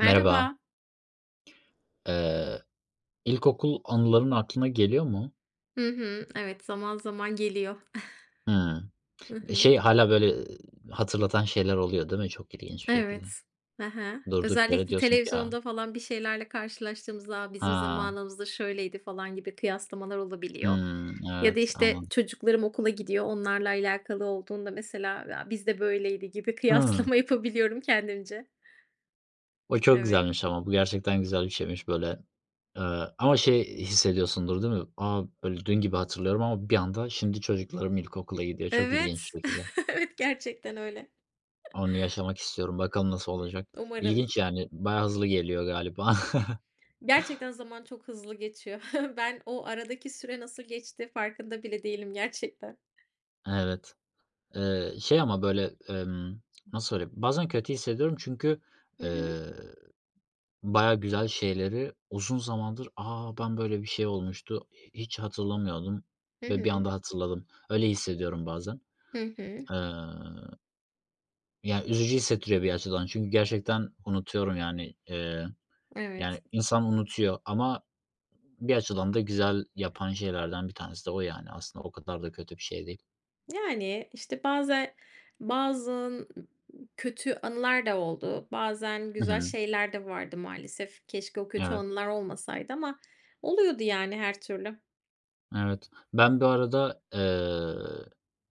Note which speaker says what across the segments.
Speaker 1: Merhaba. Eee, ilkokul anıların aklına geliyor mu?
Speaker 2: Hı hı. Evet, zaman zaman geliyor.
Speaker 1: Hımm.
Speaker 2: Hı hı.
Speaker 1: Şey, hala böyle, hatırlatan şeyler oluyor değil mi, çok ilginç bir şekilde?
Speaker 2: Evet. Hı.
Speaker 1: Durduk yere
Speaker 2: Özellikle
Speaker 1: diyorsun ki ya.
Speaker 2: televizyonda falan bir şeylerle karşılaştığımızda, "A, bizim
Speaker 1: Ha.
Speaker 2: zamanımızda şöyleydi." falan gibi kıyaslamalar olabiliyor.
Speaker 1: Hımm.
Speaker 2: Ya da,
Speaker 1: Evet,
Speaker 2: işte,
Speaker 1: anladım.
Speaker 2: çocuklarım okula gidiyor, onlarla alakalı olduğunda mesela, "Ya, bizde böyleydi." gibi
Speaker 1: Hıı.
Speaker 2: kıyaslama yapabiliyorum kendimce.
Speaker 1: O çok
Speaker 2: Evet.
Speaker 1: güzelmiş, ama bu gerçekten güzel bir şeymiş böyle. Eee, Ama şey hissediyorsundur değil mi? Aa, böyle dün gibi hatırlıyorum ama bir anda şimdi çocuklarım ilkokula gidiyor. Çok ilginç
Speaker 2: Evet.
Speaker 1: bir şekilde.
Speaker 2: Evet, gerçekten öyle.
Speaker 1: Onu yaşamak istiyorum. Bakalım nasıl olacak.
Speaker 2: Umarım.
Speaker 1: İlginç yani. Bayağı hızlı geliyor galiba.
Speaker 2: Gerçekten zaman çok hızlı geçiyor. Ben o aradaki süre nasıl geçti farkında bile değilim gerçekten.
Speaker 1: Evet. Şey ama böyle, nasıl söyleyeyim, bazen kötü hissediyorum çünkü,
Speaker 2: Hı hı.
Speaker 1: eee, bayağı güzel şeyleri uzun zamandır, "A, ben böyle bir şey olmuştu, hiç hatırlamıyordum
Speaker 2: Hı
Speaker 1: ve bir
Speaker 2: hı.
Speaker 1: anda hatırladım." Öyle hissediyorum bazen.
Speaker 2: Hı hı.
Speaker 1: Eee, Yani üzücü hissettiriyor bir açıdan çünkü gerçekten unutuyorum yani. Yani
Speaker 2: Evet.
Speaker 1: insan unutuyor ama bir açıdan da güzel yapan şeylerden bir tanesi de o, yani aslında o kadar da kötü bir şey değil.
Speaker 2: Yani, işte, bazen bazı kötü anılar da oldu. Bazen
Speaker 1: Hı
Speaker 2: güzel
Speaker 1: hı.
Speaker 2: şeyler de vardı maalesef. Keşke o kötü
Speaker 1: Evet.
Speaker 2: anılar olmasaydı ama oluyordu yani her türlü.
Speaker 1: Evet. Ben bu arada,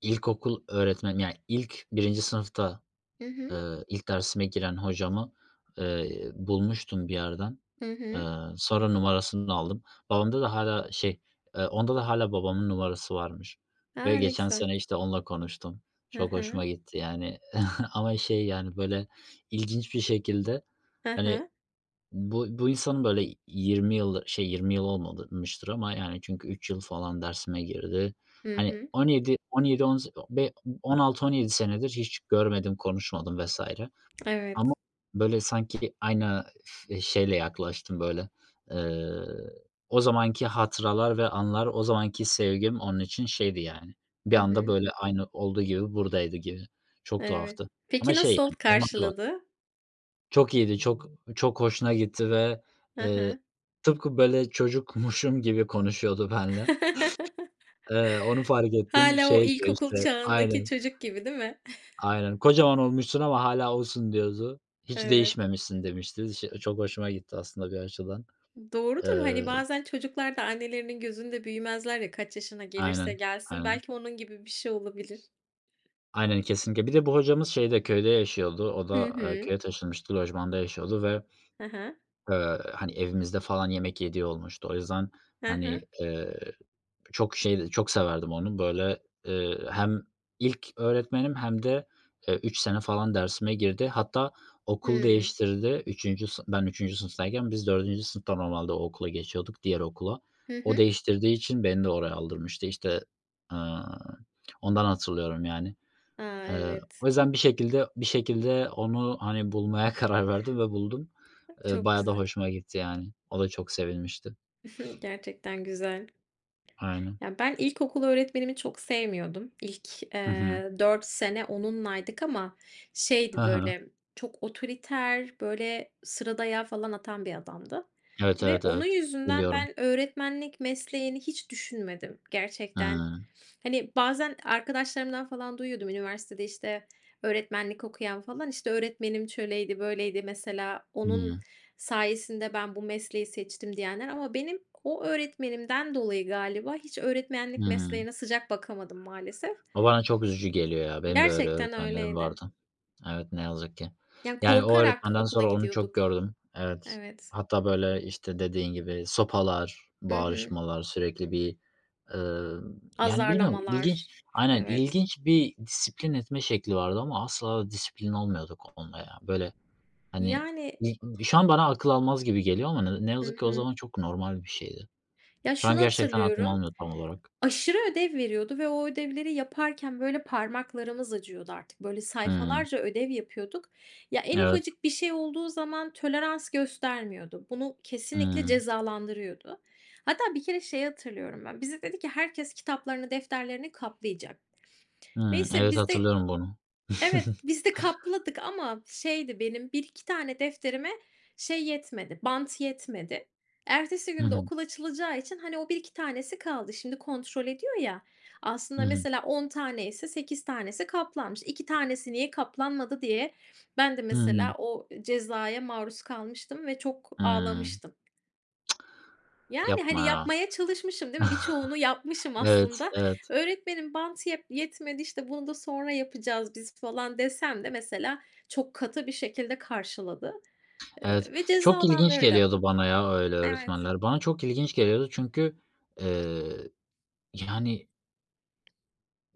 Speaker 1: ilkokul öğretmenim, yani, ilk birinci sınıfta,
Speaker 2: Hı hı.
Speaker 1: ilk dersime giren hocamı, bulmuştum bir yerden.
Speaker 2: Hı
Speaker 1: Eee,
Speaker 2: hı.
Speaker 1: Sonra numarasını aldım. Babamda da hala şey, onda da hala babamın numarası varmış ve
Speaker 2: A, ne
Speaker 1: geçen
Speaker 2: güzel.
Speaker 1: sene, işte, onunla konuştum.
Speaker 2: Hı
Speaker 1: Çok hoşuma
Speaker 2: hı.
Speaker 1: gitti, yani, ama şey, yani, böyle, ilginç bir şekilde,
Speaker 2: Hı
Speaker 1: hani
Speaker 2: hı.
Speaker 1: bu insanın böyle 20 yıl 20 yıl olmamıştır, ama yani çünkü 3 yıl falan dersime girdi.
Speaker 2: Hı
Speaker 1: Hani
Speaker 2: hı.
Speaker 1: 17, 17, on yedi on be 16-17 senedir hiç görmedim, konuşmadım vesaire, ama
Speaker 2: Evet.
Speaker 1: böyle sanki aynı şeyle yaklaştım böyle, eee, o zamanki hatıralar ve anlar, o zamanki sevgim onun için şeydi yani. Bir
Speaker 2: Hı
Speaker 1: anda
Speaker 2: hı.
Speaker 1: böyle aynı olduğu gibi buradaydı gibi. Çok
Speaker 2: Evet.
Speaker 1: tuhaftı. Ama
Speaker 2: Peki
Speaker 1: şey,
Speaker 2: nasıl
Speaker 1: yani normalde
Speaker 2: karşıladı?
Speaker 1: çok iyiydi, çok çok hoşuna gitti ve,
Speaker 2: Hı
Speaker 1: eee,
Speaker 2: hı.
Speaker 1: tıpkı böyle çocukmuşum gibi konuşuyordu benimle. Onu fark ettim.
Speaker 2: Hâlâ
Speaker 1: Şey
Speaker 2: o
Speaker 1: diyor
Speaker 2: ilkokul
Speaker 1: işte.
Speaker 2: çağındaki
Speaker 1: Aynen,
Speaker 2: çocuk gibi değil mi?
Speaker 1: aynen. "Kocaman olmuşsun ama hâlâ osun." diyordu. "Hiç
Speaker 2: Evet.
Speaker 1: değişmemişsin." demişti. Çok hoşuma gitti aslında bir açıdan.
Speaker 2: Doğrudur.
Speaker 1: Eee,
Speaker 2: Hani, bazen çocuklar da annelerinin gözünde büyümezler ya, kaç yaşına gelirse
Speaker 1: aynen,
Speaker 2: gelsin.
Speaker 1: aynen.
Speaker 2: Belki onun gibi bir şey olabilir.
Speaker 1: Aynen, kesinlikle. Bir de bu hocamız şeyde, köyde yaşıyordu. O
Speaker 2: Hı
Speaker 1: da,
Speaker 2: hı.
Speaker 1: köye taşınmıştı, lojmanda yaşıyordu ve,
Speaker 2: Hı hı.
Speaker 1: hani, evimizde falan yemek yediği olmuştu. O yüzden,
Speaker 2: Hı
Speaker 1: hani,
Speaker 2: hı.
Speaker 1: çok şeydi, çok severdim onu. Böyle, hem ilk öğretmenim hem de, 3 sene falan dersime girdi. Hatta okul
Speaker 2: Hımm.
Speaker 1: değiştirdi. Üçüncü sı Ben üçüncü sınıftayken biz dördüncü sınıfta normalde o okula geçiyorduk, diğer okula.
Speaker 2: Hı
Speaker 1: O
Speaker 2: hı.
Speaker 1: değiştirdiği için beni de oraya aldırmıştı. İşte, aaa, ondan hatırlıyorum yani.
Speaker 2: A,
Speaker 1: Eee, O
Speaker 2: evet.
Speaker 1: yüzden bir şekilde onu, hani, bulmaya karar verdim ve buldum.
Speaker 2: Çok
Speaker 1: Bayağı da
Speaker 2: güzel.
Speaker 1: hoşuma gitti yani. O da çok sevinmişti.
Speaker 2: Gerçekten güzel.
Speaker 1: Aynen.
Speaker 2: Ya, ben ilkokul öğretmenimi çok sevmiyordum. İlk,
Speaker 1: Hı hı.
Speaker 2: 4 sene onunlaydık ama
Speaker 1: Hı
Speaker 2: şeydi,
Speaker 1: hı.
Speaker 2: böyle, çok otoriter, böyle, sıra falan atan bir adamdı
Speaker 1: Evet,
Speaker 2: ve
Speaker 1: evet,
Speaker 2: onun
Speaker 1: evet.
Speaker 2: yüzünden
Speaker 1: Biliyorum.
Speaker 2: ben öğretmenlik mesleğini hiç düşünmedim gerçekten.
Speaker 1: Hı
Speaker 2: Hani, bazen arkadaşlarımdan falan duyuyordum üniversitede, işte, öğretmenlik okuyan falan, işte, öğretmenim şöyleydi, böyleydi. Mesela onun
Speaker 1: hı
Speaker 2: sayesinde ben bu mesleği seçtim diyenler ama benim o öğretmenimden dolayı galiba hiç öğretmenlik
Speaker 1: hı.
Speaker 2: mesleğine sıcak bakamadım maalesef.
Speaker 1: O bana çok üzücü geliyor ya. Benim de öyle
Speaker 2: Gerçekten
Speaker 1: öğretmenlerim
Speaker 2: öyleydi.
Speaker 1: vardı. Evet, ne yazık ki.
Speaker 2: Yani
Speaker 1: Yani o
Speaker 2: korkarak
Speaker 1: öğretmenden
Speaker 2: okula
Speaker 1: sonra onu çok
Speaker 2: gidiyorduk.
Speaker 1: gördüm. Evet.
Speaker 2: Evet.
Speaker 1: Hatta böyle, işte, dediğin gibi sopalar,
Speaker 2: Hı hı.
Speaker 1: bağırışmalar, sürekli bir, yani bilmiyorum, ilginç.
Speaker 2: Azarlamalar.
Speaker 1: Aynen,
Speaker 2: Evet.
Speaker 1: ilginç bir disiplin etme şekli vardı ama asla disiplin olmuyorduk onunla ya. Böyle, hani,
Speaker 2: Yani.
Speaker 1: şu an bana akıl almaz gibi geliyor ama ne yazık
Speaker 2: Hı
Speaker 1: ki o
Speaker 2: hı.
Speaker 1: zaman çok normal bir şeydi.
Speaker 2: Ya
Speaker 1: Şu an
Speaker 2: şunu
Speaker 1: gerçekten aklım
Speaker 2: hatırlıyorum.
Speaker 1: almıyor tam olarak.
Speaker 2: Aşırı ödev veriyordu ve o ödevleri yaparken, böyle, parmaklarımız acıyordu artık. Böyle,
Speaker 1: Hımm.
Speaker 2: sayfalarca ödev yapıyorduk. Ya, en
Speaker 1: Evet.
Speaker 2: ufacık bir şey olduğu zaman tolerans göstermiyordu. Bunu kesinlikle
Speaker 1: Hımm.
Speaker 2: cezalandırıyordu. Hatta bir kere şeyi hatırlıyorum ben, bize dedi ki herkes kitaplarını, defterlerini kaplayacak.
Speaker 1: Hımm.
Speaker 2: Neyse
Speaker 1: Evet,
Speaker 2: biz de.
Speaker 1: hatırlıyorum bunu.
Speaker 2: Evet, biz de kapladık ama şeydi benim bir iki tane defterime şey yetmedi, bant yetmedi. Ertesi
Speaker 1: Hı
Speaker 2: gün de
Speaker 1: hı.
Speaker 2: okul açılacağı için, hani, o bir iki tanesi kaldı. Şimdi kontrol ediyor ya,
Speaker 1: Hı
Speaker 2: aslında
Speaker 1: hı.
Speaker 2: mesela on tane ise 8 tanesi kaplanmış. 2 tanesi niye kaplanmadı diye ben de
Speaker 1: Hımm.
Speaker 2: mesela o cezaya maruz kalmıştım ve çok
Speaker 1: Hımm.
Speaker 2: ağlamıştım. Yani,
Speaker 1: Yapma
Speaker 2: hani,
Speaker 1: ya.
Speaker 2: yapmaya çalışmışım, değil mi? Birçoğunu yapmışım
Speaker 1: Evet,
Speaker 2: aslında.
Speaker 1: evet,
Speaker 2: Öğretmenim bant yetmedi, işte, bunu da sonra yapacağız biz falan desem de mesela çok katı bir şekilde karşıladı,
Speaker 1: evet.
Speaker 2: ve
Speaker 1: Çok ilginç
Speaker 2: cezalandırdı.
Speaker 1: geliyordu bana ya öyle
Speaker 2: Evet,
Speaker 1: öğretmenler. Bana çok ilginç geliyordu çünkü, eee, yani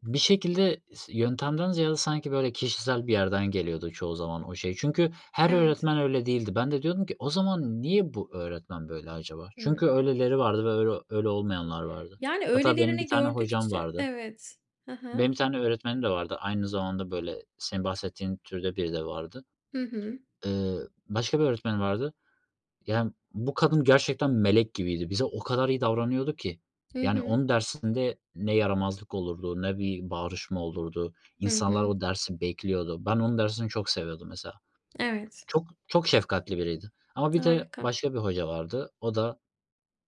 Speaker 1: bir şekilde yöntemden ziyade sanki böyle kişisel bir yerden geliyordu çoğu zaman o şey. Çünkü her
Speaker 2: evet.
Speaker 1: öğretmen öyle değildi. Ben de diyordum ki o zaman, niye bu öğretmen böyle acaba?
Speaker 2: Hıı.
Speaker 1: Çünkü öyleleri vardı ve öyle olmayanlar vardı.
Speaker 2: Yani,
Speaker 1: Hatta benim bir
Speaker 2: öylelerini
Speaker 1: tane hocam
Speaker 2: gördükçe.
Speaker 1: vardı.
Speaker 2: Evet. Hı hı.
Speaker 1: Benim bir tane öğretmenim de vardı. Aynı zamanda böyle senin bahsettiğin türde biri de vardı.
Speaker 2: Hı hı.
Speaker 1: Eee, Başka bir öğretmen vardı. Yani, bu kadın gerçekten melek gibiydi. Bize o kadar iyi davranıyordu ki.
Speaker 2: Hı
Speaker 1: Yani,
Speaker 2: hı.
Speaker 1: onun dersinde ne yaramazlık olurdu, ne bir bağırışma olurdu.
Speaker 2: Hı
Speaker 1: İnsanlar
Speaker 2: hı.
Speaker 1: o dersi bekliyordu. Ben onun dersini çok seviyordum mesela.
Speaker 2: Evet.
Speaker 1: Çok çok şefkatli biriydi. Ama bir de
Speaker 2: Harika.
Speaker 1: başka bir hoca vardı. O da,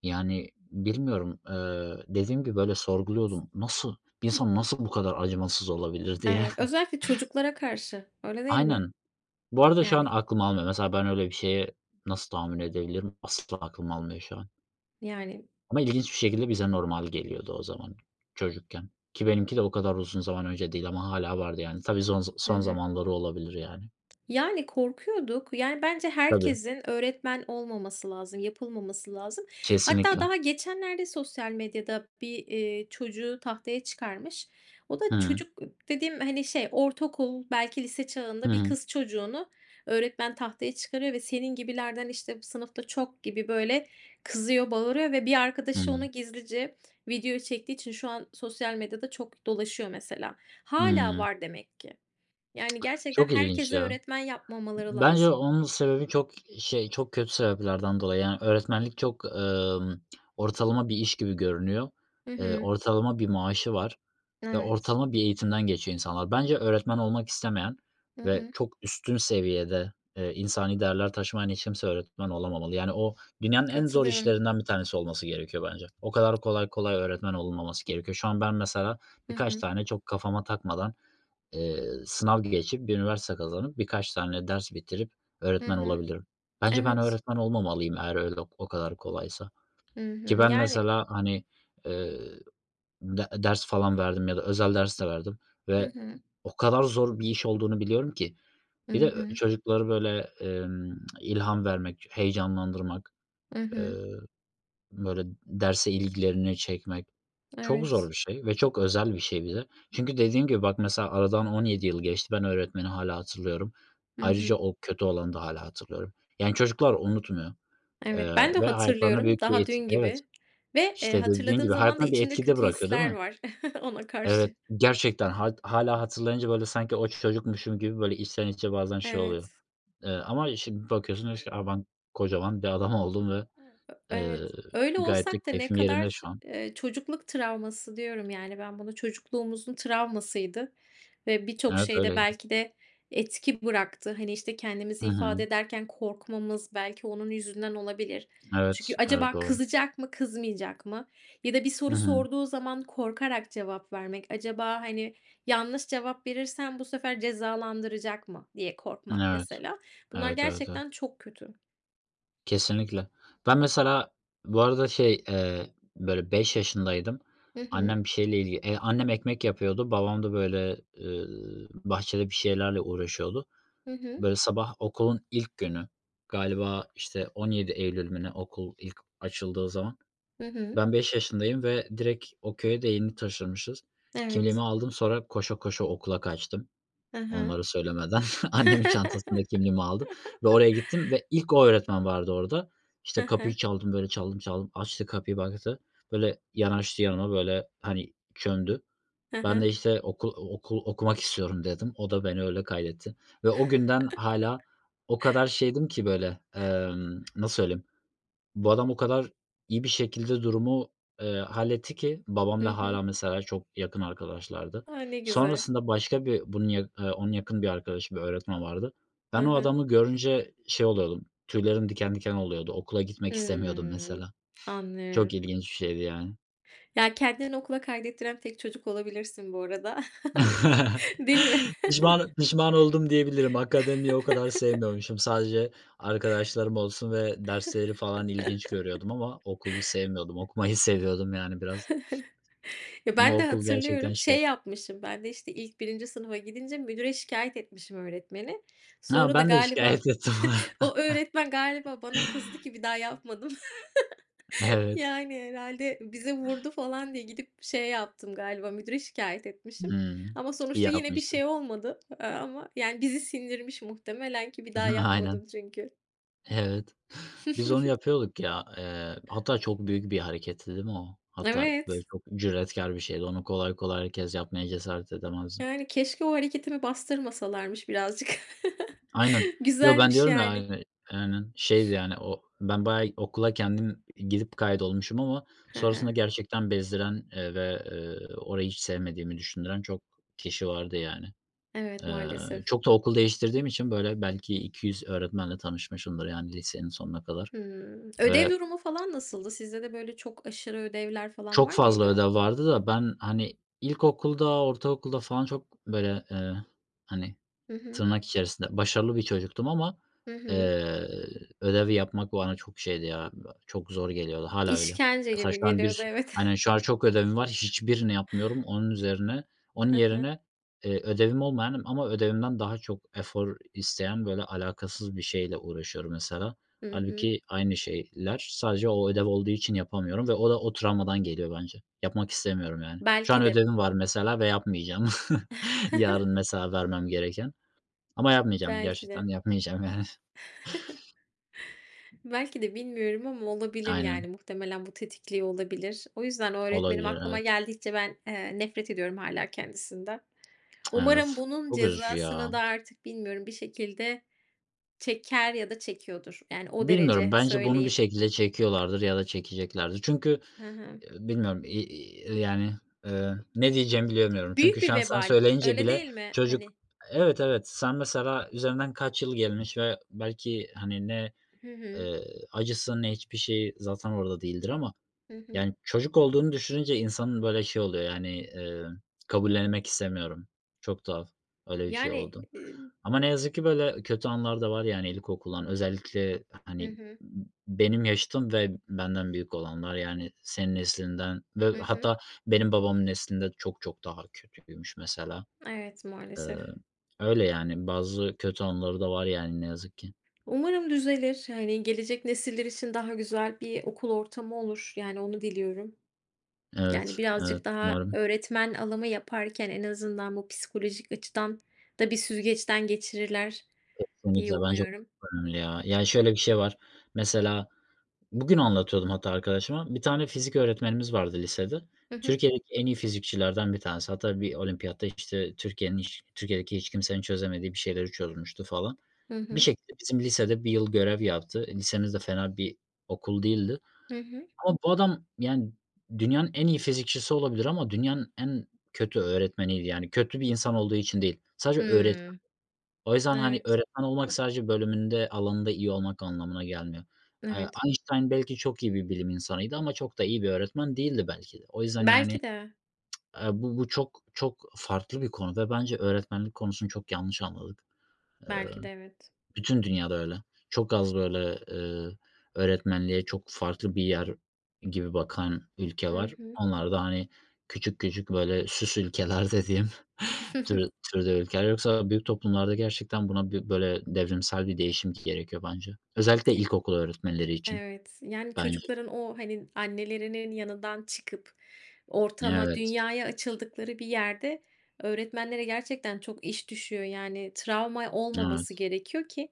Speaker 1: yani, bilmiyorum, dediğim gibi böyle sorguluyordum. Nasıl, bir insan nasıl bu kadar acımasız olabilir diye.
Speaker 2: Evet. Özellikle çocuklara karşı, öyle değil mi?
Speaker 1: Aynen. Bu arada şu an
Speaker 2: Yani
Speaker 1: aklım almıyor. Mesela ben öyle bir şeye nasıl tahammül edebilirim? Asla aklım almıyor şu an.
Speaker 2: yani.
Speaker 1: Ama ilginç bir şekilde bize normal geliyordu o zaman, çocukken. Ki benimki de o kadar uzun zaman önce değil ama hâlâ vardı yani. Tabii son
Speaker 2: Hı
Speaker 1: son
Speaker 2: hı.
Speaker 1: zamanları olabilir yani.
Speaker 2: Yani, korkuyorduk. Yani, bence
Speaker 1: Tabii,
Speaker 2: herkesin öğretmen olmaması lazım, yapılmaması lazım. Hatta
Speaker 1: kesinlikle.
Speaker 2: daha geçenlerde sosyal medyada bir, çocuğu tahtaya çıkarmış. O da
Speaker 1: Hı hı.
Speaker 2: çocuk dediğim, hani, şey, ortaokul, belki lise
Speaker 1: Hı
Speaker 2: çağında bir
Speaker 1: hı.
Speaker 2: kız çocuğunu öğretmen tahtaya çıkarıyor ve "Senin gibilerden, işte, sınıfta çok" gibi, böyle, kızıyor, bağırıyor ve bir arkadaşı onu
Speaker 1: Hıı.
Speaker 2: gizlice video çektiği için şu an sosyal medyada çok dolaşıyor mesela. Hala
Speaker 1: Hıı.
Speaker 2: var demek ki. Yani, gerçekten
Speaker 1: Çok ilginç
Speaker 2: herkese
Speaker 1: ya.
Speaker 2: öğretmen yapmamaları
Speaker 1: Bence
Speaker 2: lazım.
Speaker 1: onun sebebi çok şey, çok kötü sebeplerden dolayı. Yani öğretmenlik çok, ortalama bir iş gibi görünüyor.
Speaker 2: Hı hı.
Speaker 1: Ortalama bir maaşı var. Ve
Speaker 2: Evet.
Speaker 1: ortalama bir eğitimden geçiyor insanlar. Bence öğretmen olmak istemeyen
Speaker 2: Hı
Speaker 1: ve
Speaker 2: hı.
Speaker 1: çok üstün seviyede, insani değerler taşımayan hiç kimse öğretmen olamamalı. Yani o, dünyanın en zor
Speaker 2: Katılıyorum.
Speaker 1: işlerinden bir tanesi olması gerekiyor bence. O kadar kolay kolay öğretmen olunmaması gerekiyor. Şu an ben mesela
Speaker 2: Hı
Speaker 1: birkaç
Speaker 2: hı.
Speaker 1: tane çok kafama takmadan, sınav geçip, bir üniversite kazanıp birkaç tane ders bitirip
Speaker 2: Hı
Speaker 1: öğretmen
Speaker 2: hı.
Speaker 1: olabilirim. Bence ben
Speaker 2: Evet.
Speaker 1: öğretmen olmamalıyım eğer öyle o kadar kolaysa.
Speaker 2: Hı
Speaker 1: Ki
Speaker 2: hı.
Speaker 1: ben
Speaker 2: Yani.
Speaker 1: mesela, hani, eee de ders falan verdim ya da özel ders de verdim
Speaker 2: Hı
Speaker 1: ve
Speaker 2: hı.
Speaker 1: o kadar zor bir iş olduğunu biliyorum ki.
Speaker 2: Hı
Speaker 1: Bir de,
Speaker 2: hı.
Speaker 1: çocuklara böyle, ilham vermek, heyecanlandırmak,
Speaker 2: Hı
Speaker 1: eee,
Speaker 2: hı.
Speaker 1: böyle derse ilgilerini çekmek çok zor
Speaker 2: Evet.
Speaker 1: bir şey ve çok özel bir şey bize. Çünkü dediğim gibi bak, mesela aradan 17 yıl geçti. Ben öğretmeni hala hatırlıyorum.
Speaker 2: Hı
Speaker 1: Ayrıca
Speaker 2: hı.
Speaker 1: o kötü olanı da hala hatırlıyorum. Yani çocuklar unutmuyor,
Speaker 2: Evet, ben de
Speaker 1: ve hayatlarına
Speaker 2: hatırlıyorum
Speaker 1: büyük bir
Speaker 2: daha dün
Speaker 1: etki. Evet,
Speaker 2: gibi ve,
Speaker 1: işte, dediğin
Speaker 2: hatırladığım
Speaker 1: gibi
Speaker 2: zaman da
Speaker 1: hayatına bir
Speaker 2: içimde
Speaker 1: etki de
Speaker 2: kötü
Speaker 1: bırakıyor değil
Speaker 2: hisler
Speaker 1: mi?
Speaker 2: var ona
Speaker 1: Evet,
Speaker 2: karşı.
Speaker 1: gerçekten hâlâ hatırlayınca, böyle, sanki o çocukmuşum gibi, böyle, içten içe bazen şey oluyor.
Speaker 2: Evet.
Speaker 1: Ama şimdi bakıyorsun, diyorsun ki, "A, ben kocaman bir adam oldum ve,
Speaker 2: Evet.
Speaker 1: eee,
Speaker 2: Öyle
Speaker 1: gayet de
Speaker 2: olsak da ne
Speaker 1: keyfim yerinde
Speaker 2: kadar,
Speaker 1: şu an."
Speaker 2: çocukluk travması diyorum yani ben buna çocukluğumuzun travmasıydı ve birçok
Speaker 1: Evet,
Speaker 2: şeyde
Speaker 1: öyleydi.
Speaker 2: belki de etki bıraktı. Hani, işte, kendimizi
Speaker 1: Hı
Speaker 2: ifade
Speaker 1: hı.
Speaker 2: ederken korkmamız belki onun yüzünden olabilir.
Speaker 1: Evet,
Speaker 2: Çünkü
Speaker 1: evet,
Speaker 2: acaba
Speaker 1: doğru.
Speaker 2: kızacak mı, kızmayacak mı? Ya da bir
Speaker 1: Hı
Speaker 2: soru
Speaker 1: hı.
Speaker 2: sorduğu zaman korkarak cevap vermek. Acaba, hani, yanlış cevap verirsem bu sefer cezalandıracak mı diye korkmak
Speaker 1: Evet.
Speaker 2: mesela. Bunlar
Speaker 1: Evet, evet, evet.
Speaker 2: gerçekten çok kötü.
Speaker 1: Kesinlikle. Ben mesela bu arada şey, böyle, 5 yaşındaydım.
Speaker 2: Hı hı.
Speaker 1: Annem bir şeyle ilgili. Annem ekmek yapıyordu. Babam da, böyle, bahçede bir şeylerle uğraşıyordu.
Speaker 2: Hı hı.
Speaker 1: Böyle sabah okulun ilk günü, galiba, işte, 17 Eylül mü ne, okul ilk açıldığı zaman.
Speaker 2: Hı hı.
Speaker 1: Ben 5 yaşındayım ve direkt o köye de yeni taşınmışız. Kimliğimi
Speaker 2: Evet.
Speaker 1: aldım, sonra koşa koşa okula kaçtım,
Speaker 2: Hı hı.
Speaker 1: onlara söylemeden. Annemin çantasında kimliğimi aldım ve oraya gittim ve ilk o öğretmen vardı orada.
Speaker 2: Hı
Speaker 1: İşte,
Speaker 2: hı.
Speaker 1: kapıyı çaldım, böyle çaldım çaldım. Açtı kapıyı, baktı. Böyle yanaştı yanıma, böyle, hani, çömdü.
Speaker 2: Hı
Speaker 1: Ben de
Speaker 2: hı.
Speaker 1: işte okul okul okumak istiyorum dedim. O da beni öyle kaydetti ve o günden hâlâ o kadar şeydim ki böyle, nasıl söyleyeyim, bu adam o kadar iyi bir şekilde durumu, halletti ki babamla
Speaker 2: Hı hı.
Speaker 1: hâlâ mesela çok yakın arkadaşlardı.
Speaker 2: A, ne güzel.
Speaker 1: Sonrasında başka bir bunun ya, onun yakın bir arkadaşı, bir öğretmen vardı. Ben
Speaker 2: Hı
Speaker 1: o
Speaker 2: hı.
Speaker 1: adamı görünce şey oluyordum, tüylerim diken diken oluyordu. Okula gitmek istemiyordum
Speaker 2: Hımm.
Speaker 1: mesela. Çok
Speaker 2: Anlıyorum.
Speaker 1: ilginç bir şeydi yani.
Speaker 2: Ya, kendini okula kaydettiren tek çocuk olabilirsin bu arada. Değil mi?
Speaker 1: Pişman pişman oldum diyebilirim. Akademiyi o kadar sevmiyormuşum. Sadece arkadaşlarım olsun ve dersleri falan ilginç görüyordum, ama okulu sevmiyordum. Okumayı seviyordum yani biraz,
Speaker 2: Ya,
Speaker 1: ama
Speaker 2: ben de
Speaker 1: okul gerçekten
Speaker 2: hatırlıyorum,
Speaker 1: şey.
Speaker 2: şey yapmışım, ben de, işte, ilk birinci sınıfa gidince müdüre şikayet etmişim öğretmeni.
Speaker 1: Ha,
Speaker 2: Sonra da
Speaker 1: ben de
Speaker 2: galiba
Speaker 1: şikayet ettim.
Speaker 2: o öğretmen galiba bana kızdı ki bir daha yapmadım.
Speaker 1: Evet.
Speaker 2: Yani, herhalde bize vurdu falan diye gidip şey yaptım galiba, müdüre şikayet etmişim
Speaker 1: Hımm.
Speaker 2: ama
Speaker 1: İyi
Speaker 2: sonuçta yine bir
Speaker 1: yapmışsın.
Speaker 2: şey olmadı, ama yani bizi sindirmiş muhtemelen ki bir daha
Speaker 1: Aynen.
Speaker 2: yapmadım çünkü.
Speaker 1: Evet. Biz onu yapıyorduk ya. Hatta çok büyük bir hareketti değil mi o? Hatta böyle
Speaker 2: Evet,
Speaker 1: çok cüretkar bir şeydi. Onu kolay kolay herkes yapmaya cesaret edemezdi.
Speaker 2: yani keşke o hareketimi bastırmasalarmış birazcık.
Speaker 1: Aynen. Yo, ben
Speaker 2: Güzelmiş
Speaker 1: diyorum ya,
Speaker 2: yani.
Speaker 1: hani, aynen, şeydi yani o, ben bayağı okula kendim gidip kaydolmuşum ama
Speaker 2: Hı
Speaker 1: sonrasında
Speaker 2: hı.
Speaker 1: gerçekten bezdiren, ve, orayı hiç sevmediğimi düşündüren çok kişi vardı yani.
Speaker 2: Evet,
Speaker 1: Eee,
Speaker 2: maalesef.
Speaker 1: Çok da okul değiştirdiğim için böyle belki 200 öğretmenle tanışmışımdır yani lisenin sonuna kadar,
Speaker 2: Hımm. Ödev
Speaker 1: ve
Speaker 2: durumu falan nasıldı? Sizde de böyle çok aşırı ödevler falan
Speaker 1: çok
Speaker 2: var
Speaker 1: fazla
Speaker 2: mıydı?
Speaker 1: ödev vardı da ben, hani, ilkokulda, ortaokulda falan çok böyle, hani,
Speaker 2: Hı hı.
Speaker 1: tırnak içerisinde başarılı bir çocuktum ama,
Speaker 2: Hı hı.
Speaker 1: eee, ödevi yapmak bana çok şeydi ya, çok zor geliyordu. Hâlâ öyle.
Speaker 2: İşkence
Speaker 1: Mesela
Speaker 2: gibi
Speaker 1: şu an bir
Speaker 2: geliyordu
Speaker 1: s
Speaker 2: evet.
Speaker 1: aynen şu an çok ödevim var. Hiçbirini yapmıyorum. Onun
Speaker 2: Hı hı.
Speaker 1: yerine, ödevim olmayan ama ödevimden daha çok efor isteyen, böyle, alakasız bir şeyle uğraşıyorum mesela.
Speaker 2: Hı hı.
Speaker 1: Hâlbuki aynı şeyler, sadece o ödev olduğu için yapamıyorum ve o da o travmadan geliyor bence. Yapmak istemiyorum yani. Şu an
Speaker 2: Belki de,
Speaker 1: ödevim var mesela ve yapmayacağım. Yarın mesela vermem gereken. Ama yapmayacağım,
Speaker 2: belki
Speaker 1: gerçekten
Speaker 2: de.
Speaker 1: yapmayacağım yani.
Speaker 2: Belki de bilmiyorum ama olabilir yani
Speaker 1: Aynen,
Speaker 2: muhtemelen bu tetikliyor olabilir. O yüzden o öğretmenim
Speaker 1: olabilir,
Speaker 2: aklıma
Speaker 1: evet,
Speaker 2: geldikçe ben, nefret ediyorum hala kendisinden. Umarım
Speaker 1: evet.
Speaker 2: bunun
Speaker 1: Çok üzücü ya.
Speaker 2: cezasını da artık bilmiyorum bir şekilde çeker ya da çekiyordur. Yani o
Speaker 1: Bilmiyorum,
Speaker 2: derece
Speaker 1: bence bunu bir
Speaker 2: söyleyeyim.
Speaker 1: şekilde çekiyorlardır ya da çekeceklerdir. Çünkü,
Speaker 2: Hı hı.
Speaker 1: bilmiyorum, i i yani, ne diyeceğimi bilemiyorum. Çünkü
Speaker 2: Büyük
Speaker 1: şu
Speaker 2: bir
Speaker 1: an sen
Speaker 2: vebal,
Speaker 1: söyleyince
Speaker 2: öyle
Speaker 1: bile
Speaker 2: değil mi?
Speaker 1: çocuk.
Speaker 2: Hani.
Speaker 1: Evet, evet, sen mesela üzerinden kaç yıl gelmiş ve belki, hani, ne,
Speaker 2: Hı hı.
Speaker 1: eee, acısı ne, hiçbir şey zaten orada değildir ama
Speaker 2: Hı hı.
Speaker 1: yani, çocuk olduğunu düşününce insanın, böyle, şey oluyor, yani, kabullenmek istemiyorum. Çok tuhaf. Öyle bir şey
Speaker 2: Yani,
Speaker 1: oldu. Ama ne yazık ki, böyle, kötü anlar da var, yani, ilkokuldan. Özellikle,
Speaker 2: Hı
Speaker 1: hani,
Speaker 2: hı.
Speaker 1: b benim yaşıtım ve benden büyük olanlar, yani, senin neslinden ve
Speaker 2: Hı hı.
Speaker 1: hatta benim babamın neslinde çok çok daha kötüymüş mesela.
Speaker 2: Evet,
Speaker 1: Eee,
Speaker 2: maalesef.
Speaker 1: Öyle, yani, bazı kötü anıları da var, yani, ne yazık ki.
Speaker 2: Umarım düzelir. Yani, gelecek nesiller için daha güzel bir okul ortamı olur. Yani, onu diliyorum. Yani,
Speaker 1: Evet, evet.
Speaker 2: birazcık daha
Speaker 1: Umarım.
Speaker 2: öğretmen alımı yaparken en azından bu psikolojik açıdan da bir süzgeçten geçirirler diye
Speaker 1: Kesinlikle, bence
Speaker 2: umuyorum.
Speaker 1: çok önemli ya. Yani şöyle bir şey var. Mesela bugün anlatıyordum hatta arkadaşıma. Bir tane fizik öğretmenimiz vardı lisede.
Speaker 2: Hı hı.
Speaker 1: Türkiye'deki en iyi fizikçilerden bir tanesi. Hatta bir olimpiyatta, işte, Türkiye'deki hiç kimsenin çözemediği bir şeyleri çözmüştü falan.
Speaker 2: Hı
Speaker 1: Bir
Speaker 2: hı.
Speaker 1: şekilde bizim lisede bir yıl görev yaptı. Lisemiz de fena bir okul değildi.
Speaker 2: Hı hı.
Speaker 1: Ama bu adam, yani, dünyanın en iyi fizikçisi olabilir ama dünyanın en kötü öğretmeniydi. Yani kötü bir insan olduğu için değil. Sadece
Speaker 2: Hımm.
Speaker 1: o yüzden, hani,
Speaker 2: Evet,
Speaker 1: öğretmen olmak sadece bölümünde, alanında iyi olmak anlamına gelmiyor.
Speaker 2: evet.
Speaker 1: Einstein belki çok iyi bir bilim insanıydı ama çok da iyi bir öğretmen değildi belki de. O yüzden, yani,
Speaker 2: Belki de,
Speaker 1: bu çok çok farklı bir konu ve bence öğretmenlik konusunu çok yanlış anladık. Eee,
Speaker 2: belki de evet.
Speaker 1: Bütün dünyada öyle. Çok az böyle, öğretmenliğe çok farklı bir yer gibi bakan ülke
Speaker 2: Hı
Speaker 1: var.
Speaker 2: hı.
Speaker 1: Onlar da, hani, küçük küçük böyle süs ülkeler dediğim türde ülkeler. Yoksa büyük toplumlarda gerçekten buna bir, böyle, devrimsel bir değişim gerekiyor bence. Özellikle ilkokul öğretmenleri için
Speaker 2: Evet, yani
Speaker 1: bence.
Speaker 2: çocukların o, hani, annelerinin yanından çıkıp ortama,
Speaker 1: Evet,
Speaker 2: dünyaya açıldıkları bir yerde öğretmenlere gerçekten çok iş düşüyor. Yani travma olmaması
Speaker 1: evet.
Speaker 2: gerekiyor ki,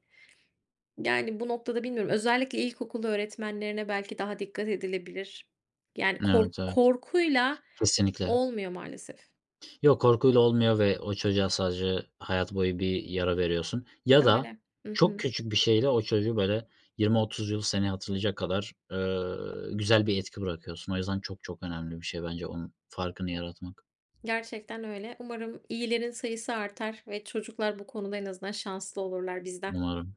Speaker 2: yani, bu noktada bilmiyorum, özellikle ilkokul öğretmenlerine belki daha dikkat edilebilir. Yani
Speaker 1: Evet, evet.
Speaker 2: korkuyla
Speaker 1: Kesinlikle.
Speaker 2: olmuyor maalesef.
Speaker 1: Yok, korkuyla olmuyor ve o çocuğa sadece hayat boyu bir yara veriyorsun, ya da
Speaker 2: Öyle. Hı
Speaker 1: çok
Speaker 2: hı.
Speaker 1: küçük bir şeyle o çocuğu, böyle, 20-30 yıl seni hatırlayacak kadar, güzel bir etki bırakıyorsun. O yüzden çok çok önemli bir şey bence onun farkını yaratmak.
Speaker 2: Gerçekten öyle. Umarım iyilerin sayısı artar ve çocuklar bu konuda en azından şanslı olurlar bizden.
Speaker 1: Umarım.